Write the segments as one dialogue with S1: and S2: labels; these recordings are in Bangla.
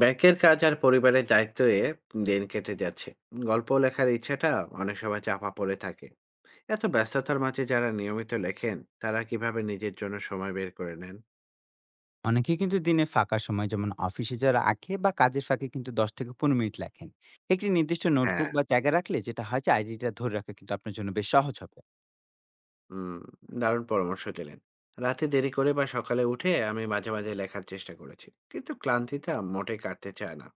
S1: ব্যাংকের কাজ আর পরিবারের দায়িত্বে দিন কেটে যাচ্ছে। গল্প লেখার ইচ্ছাটা অনেক সময় চাপা পড়ে থাকে। এত ব্যস্ততার মাঝে যারা নিয়মিত লেখেন, তারা কিভাবে নিজের জন্য সময় বের করে নেন?
S2: অনেকে কিন্তু দিনে ফাঁকা সময় যেমন অফিসে যারা আঁকে বা কাজের ফাঁকে কিন্তু ১০ থেকে ১৫ মিনিট লেখেন। একটি নির্দিষ্ট নোটবুক
S1: হ্যাঁ।
S2: বা জায়গা রাখলে যেটা হয় যে আইডিটা ধরে রাখা কিন্তু আপনার জন্য বেশ সহজ হবে।
S1: হুম। দারুণ পরামর্শ দিলেন। রাতে দেরি করে বা সকালে উঠে আমি মাঝে মাঝে লেখার চেষ্টা করেছি, কিন্তু ক্লান্তিটা মোটে কাটতে চায় না।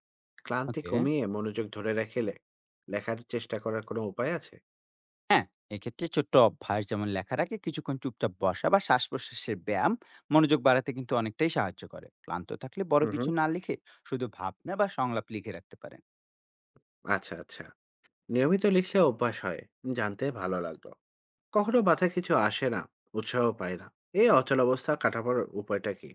S1: ক্লান্তি
S2: ওকে।
S1: কমিয়ে মনোযোগ ধরে রেখে লেখার চেষ্টা করার কোনো উপায় আছে?
S2: হ্যাঁ, এক্ষেত্রে ছোট্ট অভ্যাস যেমন লেখার আগে কিছুক্ষণ চুপচাপ বসা বা শ্বাস প্রশ্বাসের ব্যায়াম মনোযোগ বাড়াতে কিন্তু অনেকটাই সাহায্য করে। ক্লান্ত থাকলে বড়
S1: হুম
S2: কিছু
S1: হুম
S2: না লিখে শুধু ভাবনা বা সংলাপ লিখে রাখতে পারেন।
S1: আচ্ছা, আচ্ছা। নিয়মিত লিখলে অভ্যাস হয়, জানতে ভালো লাগলো। কখনো মাথায় কিছু আসে না, উৎসাহ পাই না। এই অচলাবস্থা কাটাবার উপায়টা কি?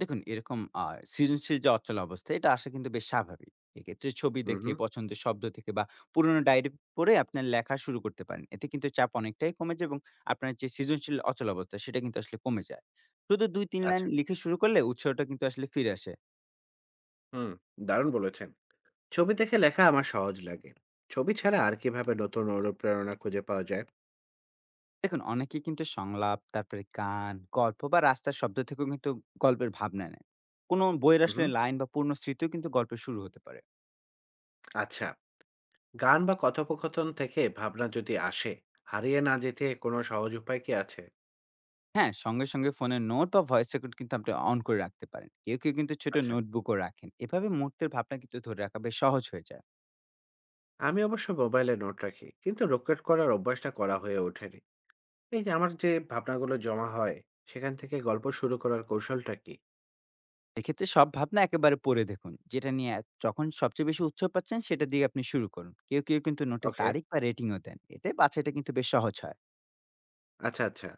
S2: দেখুন এরকম সৃজনশীল যে অচল অবস্থা, এটা আসা কিন্তু বেশ স্বাভাবিক। এক্ষেত্রে ছবি
S1: হুম,
S2: দেখে,
S1: হুম।
S2: পছন্দের শব্দ থেকে বা পুরোনো ডায়েরি পড়ে আপনার লেখা শুরু করতে পারেন। এতে কিন্তু চাপ অনেকটাই কমে যায় এবং আপনার যে সৃজনশীল অচল অবস্থা সেটা কিন্তু আসলে কমে যায়। শুধু ২-৩ লাইন
S1: আচ্ছা।
S2: লিখে শুরু করলে উৎসাহটা কিন্তু আসলে ফিরে আসে।
S1: হুম, দারুণ বলেছেন। ছবি দেখে লেখা আমার সহজ লাগে। ছবি ছাড়া আর কিভাবে নতুন অনুপ্রেরণা খুঁজে পাওয়া যায়?
S2: দেখুন অনেকে কিন্তু সংলাপ, তারপরে গান, গল্প বা রাস্তার শব্দ থেকেও কিন্তু গল্পের ভাবনা নেয়। কোনো বইয়ের
S1: হুম,
S2: আসলে
S1: হুম।
S2: লাইন বা পূর্ণ স্মৃতিও কিন্তু গল্পের শুরু হতে পারে।
S1: আচ্ছা। গান বা কথোপকথন থেকে ভাবনা যদি আসে, হারিয়ে না যেতে কোনো সহজ উপায় কি আছে?
S2: হ্যাঁ, সঙ্গে, সঙ্গে ফোনের নোট বা ভয়েস রেকর্ড কিন্তু আপনি অন করে রাখতে পারেন। কেউ, কেউ কিন্তু ছোট
S1: আচ্ছা।
S2: নোটবুকও রাখেন। এভাবে মুহূর্তের ভাবনা কিন্তু ধরে রাখা বেশ সহজ হয়ে যায়।
S1: আমি অবশ্য মোবাইলে নোট রাখি, কিন্তু রেকর্ড করার অভ্যাসটা করা হয়ে ওঠেনি। এই যে আমার যে ভাবনাগুলো জমা হয়, সেখান থেকে গল্প শুরু করার কৌশলটা কি?
S2: এক্ষেত্রে সব ভাবনা একেবারে পড়ে দেখুন। যেটা নিয়ে এ যখন সবচেয়ে বেশি উৎসাহ পাচ্ছেন সেটা দিয়ে আপনি শুরু করুন। কেউ, কেউ কিন্তু নোটের
S1: ওকে।
S2: তারিখ বা রেটিংও দেন। এতে বাছাইটা কিন্তু বেশ সহজ হয়।
S1: আচ্ছা, আচ্ছা।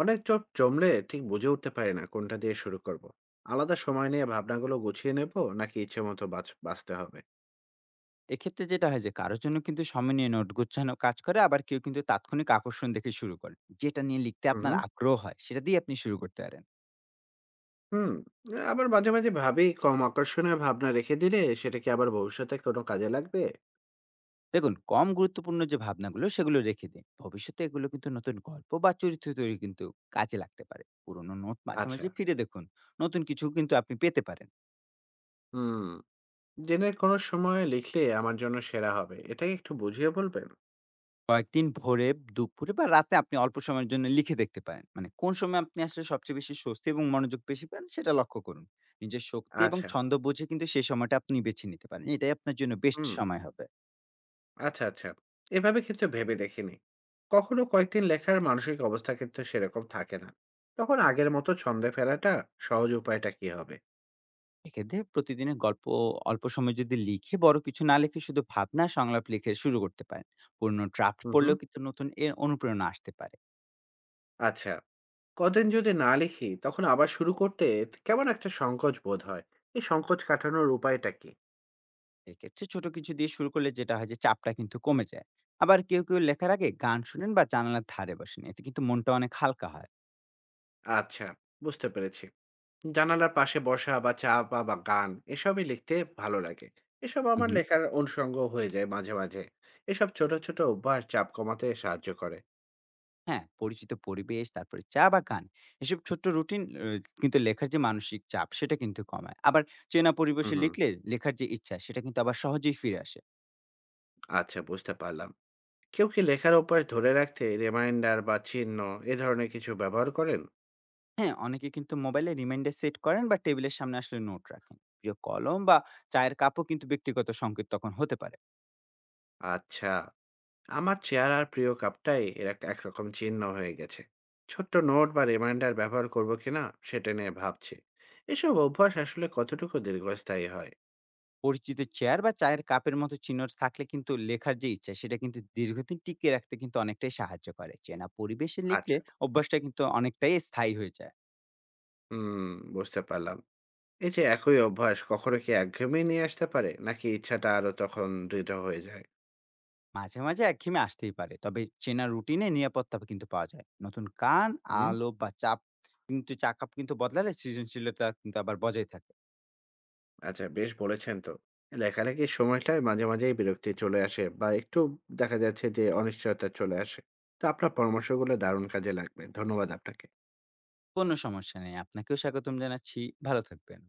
S1: অনেক জট জমলে ঠিক বুঝে উঠতে পারি না কোনটা দিয়ে শুরু করব। আলাদা সময় নিয়ে ভাবনাগুলো গুছিয়ে নেব, নাকি ইচ্ছেমতো বাঁচ বাঁচতে হবে?
S2: এক্ষেত্রে যেটা হয় যে কারো জন্য কিন্তু সময় নিয়ে নোট গুছানো কাজ করে, আবার কেউ কিন্তু তাৎক্ষণিক আকর্ষণ দেখে শুরু করে। যেটা নিয়ে লিখতে
S1: হুম,
S2: আপনার
S1: হুম।
S2: আগ্রহ হয় সেটা দিয়ে আপনি শুরু করতে পারেন।
S1: হুম, আবার মাঝে, মাঝে ভাবি কম আকর্ষণীয় ভাবনা রেখে দিলে সেটা কি আবার ভবিষ্যতে কোনো কাজে লাগবে?
S2: দেখুন কম গুরুত্বপূর্ণ যে ভাবনাগুলো সেগুলো রেখে দিন, ভবিষ্যতে এগুলো কিন্তু নতুন গল্প বা চরিত্র তৈরি কিন্তু কাজে লাগতে পারে। পুরোনো নোট মাঝে
S1: আচ্ছা,
S2: মাঝে ফিরে দেখুন, নতুন কিছু কিন্তু আপনি পেতে পারেন।
S1: হুম, দিনের কোনো সময় লিখলে আমার জন্য সেরা হবে। এটা কি একটু বুঝিয়ে বলবেন?
S2: কয়েকদিন ভোরে, দুপুরে বা রাতে আপনি অল্প সময়ের জন্য লিখে দেখতে পারেন। মানে কোন সময় আপনি আসলে সবচেয়ে বেশি স্বস্তি এবং মনোযোগ বেশি পান সেটা লক্ষ্য করুন। নিজের শক্তি এবং
S1: আচ্ছা,
S2: ছন্দ বুঝে কিন্তু সেই সময়টা আপনি বেছে নিতে পারেন, এটাই আপনার জন্য বেস্ট
S1: হুম।
S2: সময় হবে।
S1: আচ্ছা, আচ্ছা। এভাবে কিন্তু ভেবে দেখিনি। কখনো কয়েকদিন লেখার মানসিক অবস্থা কিন্তু সেরকম থাকে না। তখন আগের মতো ছন্দে ফেরাটা সহজ উপায়টা কি হবে?
S2: এক্ষেত্রে প্রতিদিনের গল্প অল্প সময় যদি লিখে, বড় কিছু না লিখে শুধু ভাবনা আর সংলাপ লিখে শুরু করতে পারেন। পুরনো ড্রাফট
S1: হুম, হুম।
S2: পড়লেও কিন্তু নতুন এর অনুপ্রেরণা আসতে পারে।
S1: আচ্ছা, কদিন যদি না লিখি তখন আবার শুরু করতে কেমন একটা সংকোচ বোধ হয়। এই সংকোচ কাটানোর উপায়টা কি?
S2: এক্ষেত্রে ছোট কিছু দিয়ে শুরু করলে যেটা হয় যে চাপটা কিন্তু কমে যায়। আবার কেউ কেউ লেখার আগে গান শুনেন বা জানালার ধারে বসেন, এতে কিন্তু মনটা অনেক হালকা হয়।
S1: আচ্ছা, বুঝতে পেরেছি। জানালার পাশে বসা বা চা বা গান, এসবই লিখতে ভালো লাগে। এসব আমার
S2: হুম।
S1: লেখার অনুষঙ্গ হয়ে যায় মাঝে, মাঝে। এসব ছোট, ছোট অভ্যাস চাপ কমাতে সাহায্য করে।
S2: হ্যাঁ, পরিচিত পরিবেশ, তারপরে চা বা গান, এসব ছোট্ট রুটিন কিন্তু লেখার যে মানসিক চাপ সেটা কিন্তু কমায়। আবার চেনা
S1: হুম,
S2: পরিবেশে
S1: হুম।
S2: লিখলে লেখার যে ইচ্ছা সেটা কিন্তু আবার সহজেই ফিরে আসে।
S1: আচ্ছা, বুঝতে পারলাম। কেউ কি লেখার অভ্যাস ধরে রাখতে রিমাইন্ডার বা চিহ্ন এ ধরনের কিছু ব্যবহার করেন?
S2: হ্যাঁ, অনেকে কিন্তু মোবাইলে রিমাইন্ডার সেট করেন বা টেবিলের সামনে আসলে নোট রাখেন। প্রিয় কলম বা চায়ের কাপও কিন্তু ব্যক্তিগত সংকেত তখন হতে পারে।
S1: আচ্ছা, আমার চেয়ার আর প্রিয় কাপটাই এর এক একরকম চিহ্ন হয়ে গেছে। ছোট্ট নোট বা রিমাইন্ডার ব্যবহার করব কিনা সেটা নিয়ে ভাবছি। এসব অভ্যাস আসলে কতটুকু দীর্ঘস্থায়ী হয়?
S2: পরিচিত চেয়ার বা চায়ের কাপের মতো চিহ্ন থাকলে কিন্তু লেখার যে ইচ্ছা সেটা কিন্তু দীর্ঘদিন টিকিয়ে রাখতে কিন্তু অনেকটাই সাহায্য করে। চেনা পরিবেশে লিখলে
S1: আচ্ছা,
S2: অভ্যাসটা কিন্তু অনেকটাই স্থায়ী হয়ে যায়।
S1: হুম, বুঝতে পারলাম। এই যে একই অভ্যাস কখনো কি একঘেয়েমি নিয়ে আসতে পারে, নাকি ইচ্ছাটা আরো তখন দৃঢ় হয়ে যায়?
S2: মাঝে, মাঝে একঘেয়েমি আসতেই পারে। তবে চেনা রুটিনে নিরাপত্তা কিন্তু পাওয়া যায়। নতুন কান,
S1: হুম।
S2: আলো বা চাপ কিন্তু, চা কাপ কিন্তু বদলালে সৃজনশীলতা কিন্তু আবার বজায় থাকে।
S1: আচ্ছা, বেশ বলেছেন তো। লেখালেখির সময়টায় মাঝে, মাঝেই বিরক্তি চলে আসে বা একটু দেখা যাচ্ছে যে অনিশ্চয়তা চলে আসে। তো আপনার পরামর্শগুলো দারুণ কাজে লাগবে। ধন্যবাদ আপনাকে।
S2: কোনো সমস্যা নেই। আপনাকেও স্বাগতম জানাচ্ছি। ভালো থাকবেন।